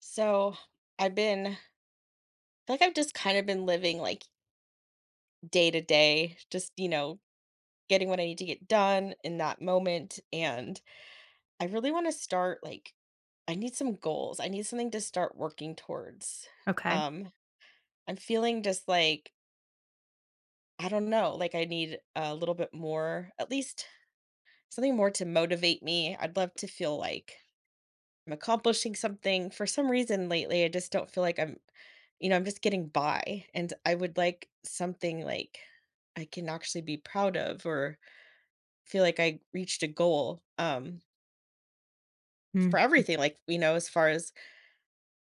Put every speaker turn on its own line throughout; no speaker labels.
So I feel like I've just kind of been living like day to day, just getting what I need to get done in that moment. And I really want to start like. I need some goals. I need something to start working towards.
Okay.
Um, I'm feeling just like. I don't know, like I need a little bit more, at least something more to motivate me. I'd love to feel like I'm accomplishing something. For some reason lately, I just don't feel like I'm I'm just getting by. And I would like something like I can actually be proud of or feel like I reached a goal
Mm.
for everything, like, you know, as far as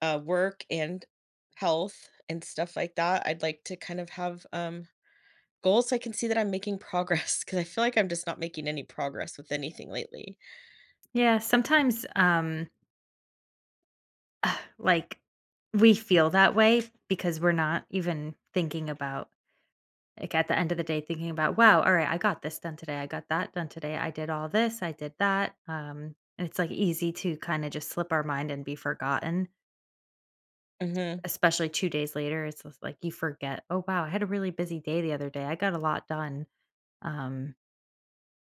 work and health and stuff like that. I'd like to kind of have goals, so I can see that I'm making progress because I feel like I'm just not making any progress with anything lately.
Yeah, sometimes, like, we feel that way because we're not even thinking about like, at the end of the day, thinking about, "Wow, all right, I got this done today. I got that done today. I did all this. I did that." And it's, like, easy to kinda just slip our mind and be forgotten,
Mhm.
especially 2 days later. It's just like you forget, "Oh, wow, I had a really busy day the other day. I got a lot done." Um,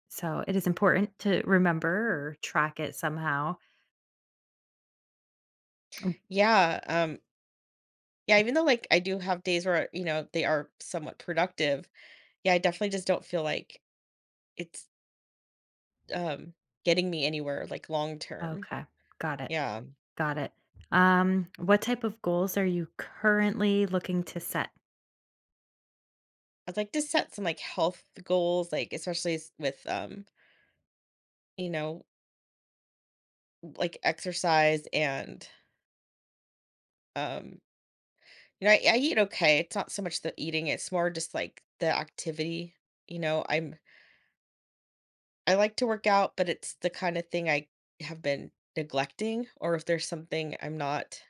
so it is important to remember or track it somehow. Mm,
Yeah, yeah, even though, like, I do have days where, you know, they are somewhat productive, yeah, I definitely just don't feel like it's um, getting me anywhere, like, long term.
okay. Got it.
Yeah.
Got it. What type of goals are you currently looking to set?
I'd like to set some, like, health goals, like, especially s with, you know, like, exercise and, um, you know, I eat okay. It's not so much the eating, it's more just, like, the activity, you know? I'm I like to work out, but it's the kinda thing I have been neglecting or if there's something I'm not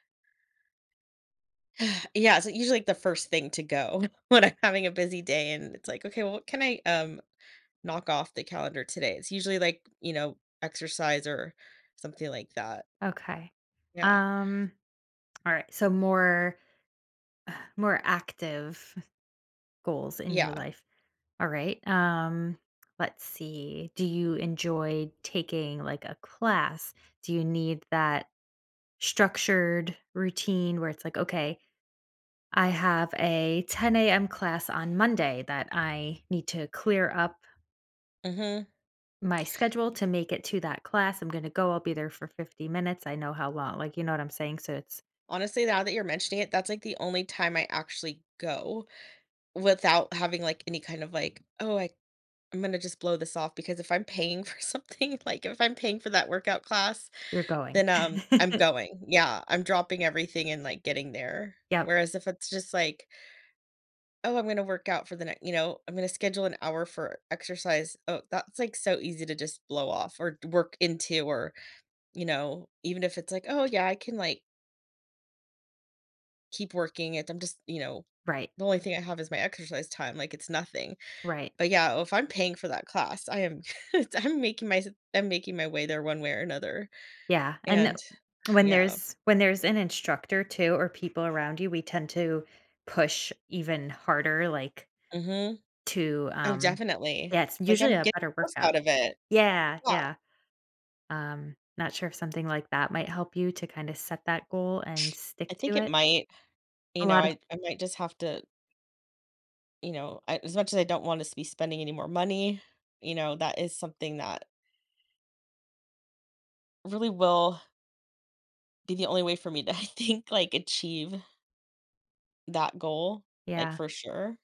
yeah, it's usually, like, the first thing to go when I'm having a busy day, and it's like, "Okay, well, what can I" knock off the calendar today. It's usually like, you know, exercise or something like that.
Okay.
Yeah.
Um, all right. So more active goals in your
Yeah.
life. All right. Let's see. Do you enjoy taking like a class? Do you need that structured routine where it's like, okay, I have a 10 a.m. class on Monday that I need to clear up
Mhm.
my schedule to make it to that class. I'm going to go. I'll be there for 50 minutes. I know how long. Like, you know what I'm saying? So it's,
Honestly, now that you're mentioning it, that's like the only time I actually go without having like any kind of like, I'm gonna just blow this off because if I'm paying for something, like if I'm paying for that workout class,
we're going.
then I'm going. Yeah, I'm dropping everything and like getting there.
Yep.
Whereas if it's just like oh, I'm gonna work out for the next, you know, I'm gonna schedule an hour for exercise. Oh, that's like so easy to just blow off or work into, or, you know, even if it's like, oh, yeah, I can like keep working it. I'm just, you know,
Right.
the only thing I have is my exercise time. Like it's nothing.
Right.
But yeah, if I'm paying for that class, I am, it's- I'm making I'm making my way there one way or another.
Yeah. And
And
when
yeah.
there's, when there's an instructor too, or people around you, we tend to push even harder, like
Hmm.
to,
Oh, definitely.
yeah, it's
Like
usually
I'm
a
getting
better
the most
workout.
out of it.
Yeah.
Yeah.
Yeah. Not sure if something like that might help you to kind of set that goal and stick
I
to
think it
it.
might, you
A
know,
lot of,
I might just have to. You know, I as much as I don't want us to be spending any more money, you know, that is something that really will be the only way for me to, I think, like, achieve that goal, like,
yeah.
for sure.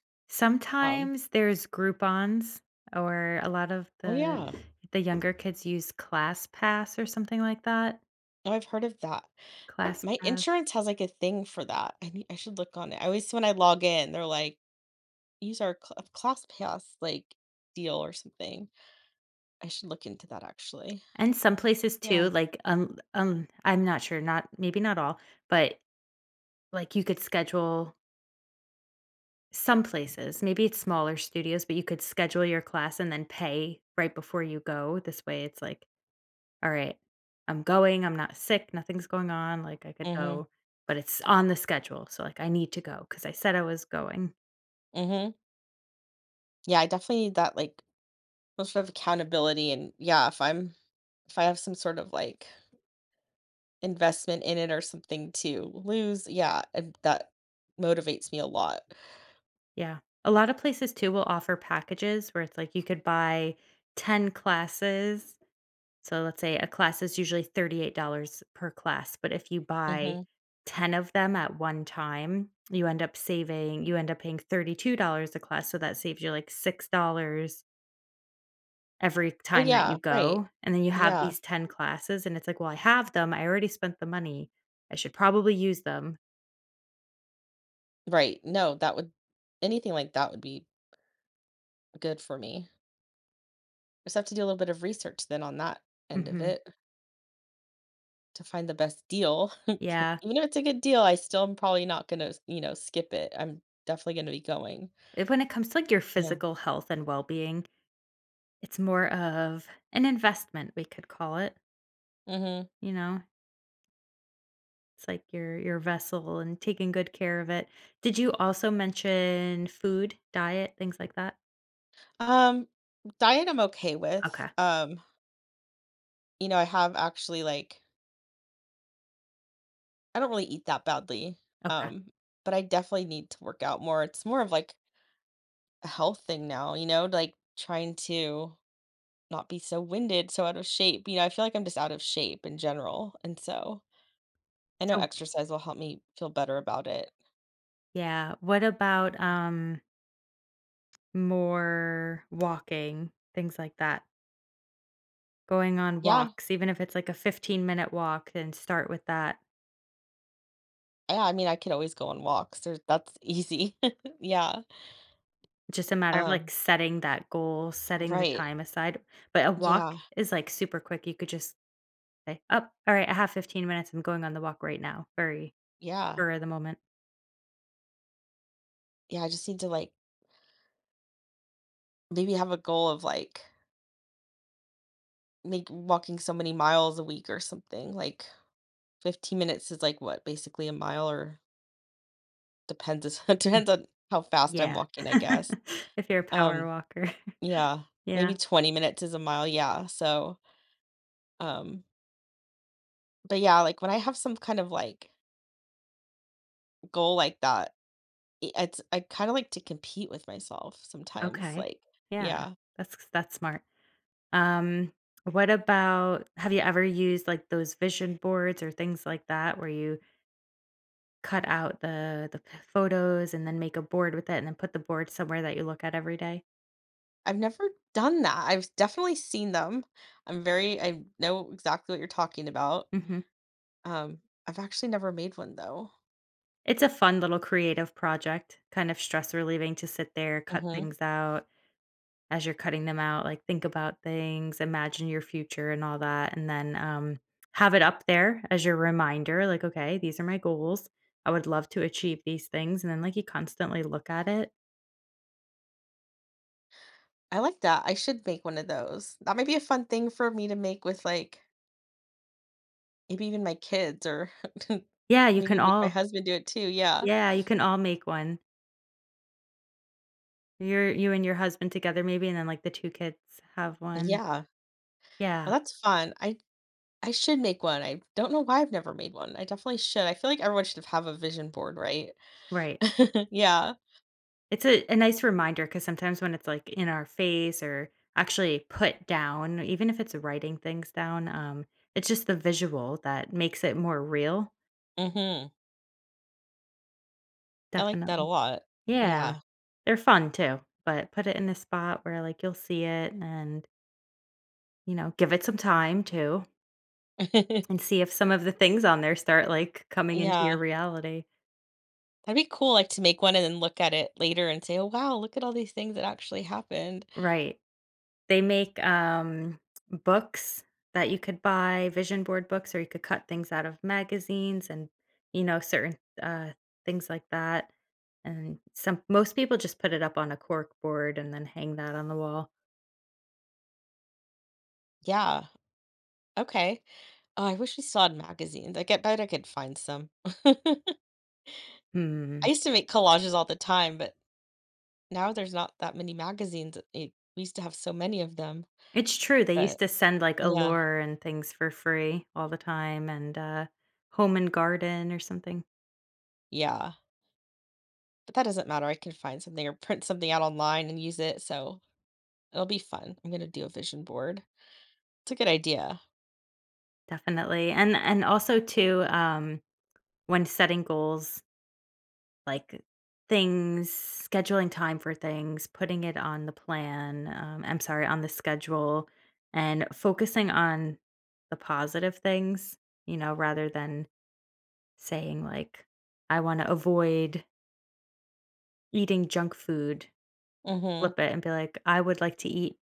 Um.
Sometimes there's Groupons or a lot of
Oh,
the
yeah.
the younger kids use Class Pass or something like that.
Oh, I've heard of that.
Class
My
Pass.
insurance has, like, a thing for that. I need. I should look on it. I always when I log in, they're like, "Use our cl class pass, like, deal or something." I should look into that actually.
And some places too,
Yeah.
like, I'm not sure, not maybe not all, but, like, you could schedule some places, maybe it's smaller studios, but you could schedule your class and then pay right before you go. This way, it's like, "All right, I'm going, I'm not sick, nothing's going on, like, I could
Mhm,
go, but it's on the schedule, so, like, I need to go because I said I was going."
mhm. Yeah, I definitely need that, like, some sort of accountability and yeah, if I'm if I have some sort of, like, investment in it or something to lose, yeah, and that motivates me a lot.
Yeah. A lot of places too will offer packages where it's like you could buy 10 classes. So let's say a class is usually $38 per class, but if you buy
Mhm.
10 of them at one time, you end up paying $32 a class, so that saves you like $6 every
Oh,
time that you
yeah, right.
go, and then you have
Yeah.
these 10 classes, and it's like, "Well, I have them, I already spent the money, I should probably use them."
Right. No, that would anything like that would be good for me. Just have to do a little bit of research then on that end of
Mhm.
it to find the best deal.
Yeah.
Even if it's a good deal, I still am probably not gonna, you know, skip it. I'm definitely gonna be going.
It When it comes to, like, your
Yeah.
physical health and well-being, it's more of an investment, we could call it,
Hmm.
you know? It's like your vessel and taking good care of it. Did you also mention food, diet, things like that?
Um, diet I'm okay with.
Okay,
You know, I have actually like I don't really eat that badly.
okay.
Um, but I definitely need to work out more. It's more of like a health thing now, you know, like trying to not be so winded, so out of shape, you know, I feel like I'm just out of shape in general, and so I know
So
exercise will help me feel better about it.
yeah, what about, more walking, things like that? Going on
Yeah,
walks, even if it's like a 15-minute walk, and start with that.
yeah, I mean, I could always go on walks, there's that's easy. Yeah,
Just a matter of, like,
um,
setting that goal, setting the
right.
time aside, but a walk
Yeah,
is, like, super quick. You could just say, "Up, alright, I have 15 minutes. I'm going on the walk right now." Very
yeah,
spur of the moment.
yeah, I just need to, like, maybe have a goal of, like, make walking so many miles a week or something, like, 15 minutes is, like, what, basically a mile or depends
Mm,
depends on how fast I'm
yeah.
walking, I guess,
If you're a power
um
walker.
yeah,
Yeah,
maybe 20 minutes is a mile, yeah, so, um, but yeah, like, when I have some kind of, like, goal like that, I it's I kinda like to compete with myself sometimes,
okay.
like
Yeah,
yeah.
that's smart. Um, what about have you ever used, like, those vision boards or things like that where you cut out the p photos and then make a board with it and then put the board somewhere that you look at every day?
I've never done that, I've definitely seen them. I know exactly what you're talking about.
Mhm.
Um, I've actually never made one though.
It's a fun little creative project, kind of stress relieving to sit there, cut
Mhm.
things out, as you're cutting them out, like think about things, imagine your future and all that, and then have it up there as your reminder, like, okay, these are my goals. I would love to achieve these things. And then like you constantly look at it.
I like that, I should make one of those. That might be a fun thing for me to make with, like, maybe even my kids or
Yeah, you can
maybe make my
all
husband do it too, yeah.
yeah, you can all make one. You and your husband together maybe, and then like the two kids have one.
Yeah.
Yeah.
Oh, that's fun. I should make one. I don't know why I've never made one. I definitely should. I feel like everyone should have a vision board, right?
Right.
Yeah.
It's a nice reminder because sometimes when it's, like, in our face or actually put down, even if it's writing things down, it's just the visual that makes it more real.
Mhm. I like that a
Definitely.
lot.
Yeah.
Yeah.
They're fun too, but put it in a spot where, like, you'll see it and, you know, give it some time too and see if some of the things on there start, like, coming into your
Yeah.
reality.
That'd be cool, like, to make one and then look at it later and say, "Oh, wow, look at all these things that actually happened."
Right. They make, books that you could buy, vision board books, or you could cut things out of magazines and, you know, certain, things like that, and some most people just put it up on a cork board and then hang that on the wall.
Yeah. Okay. Oh, I wish we still had magazines. I get bet I could find some.
Hmm.
I used to make collages all the time, but now there's not that many magazines. It we used to have so many of them,
It's true, they used
but
to send, like,
yeah.
Allure and things for free all the time and, Home and Garden or something.
Yeah. But that doesn't matter, I can find something or print something out online and use it, so it'll be fun. I'm gonna do a vision board. It's a good idea.
Definitely, and also too, when setting goals like things, scheduling time for things, putting it on the plan, I'm sorry, on the schedule, and focusing on the positive things, you know, rather than saying, like, I want to avoid eating junk food,
Mhm,
flip it and be like, I would like to eat,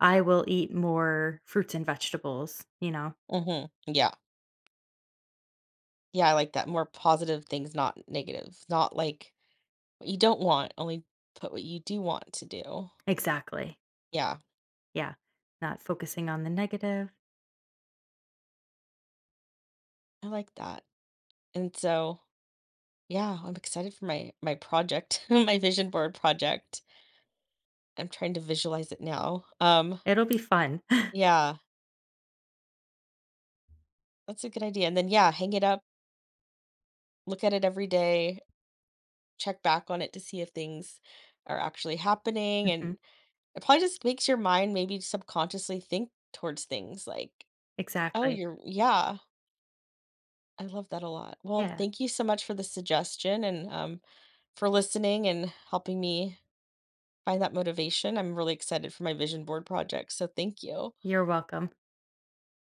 I will eat more fruits and vegetables, you know?
mhm, yeah. Yeah, I like that, more positive things, not negative, not, like, what you don't want, only put what you do want to do.
Exactly.
Yeah,
Yeah. Not focusing on the negative.
I like that, and so, yeah, I'm excited for my project, my vision board project. I'm trying to visualize it now.
It'll be fun.
Yeah, that's a good idea, and then, yeah, hang it up, look at it every day. Check back on it to see if things are actually happening.
Mhm.
And it probably just makes your mind maybe subconsciously think towards things like,
Exactly.
yeah, I love that a lot. Well,
Yeah.
thank you so much for the suggestion and for listening and helping me find that motivation. I'm really excited for my vision board project. So thank you.
You're welcome.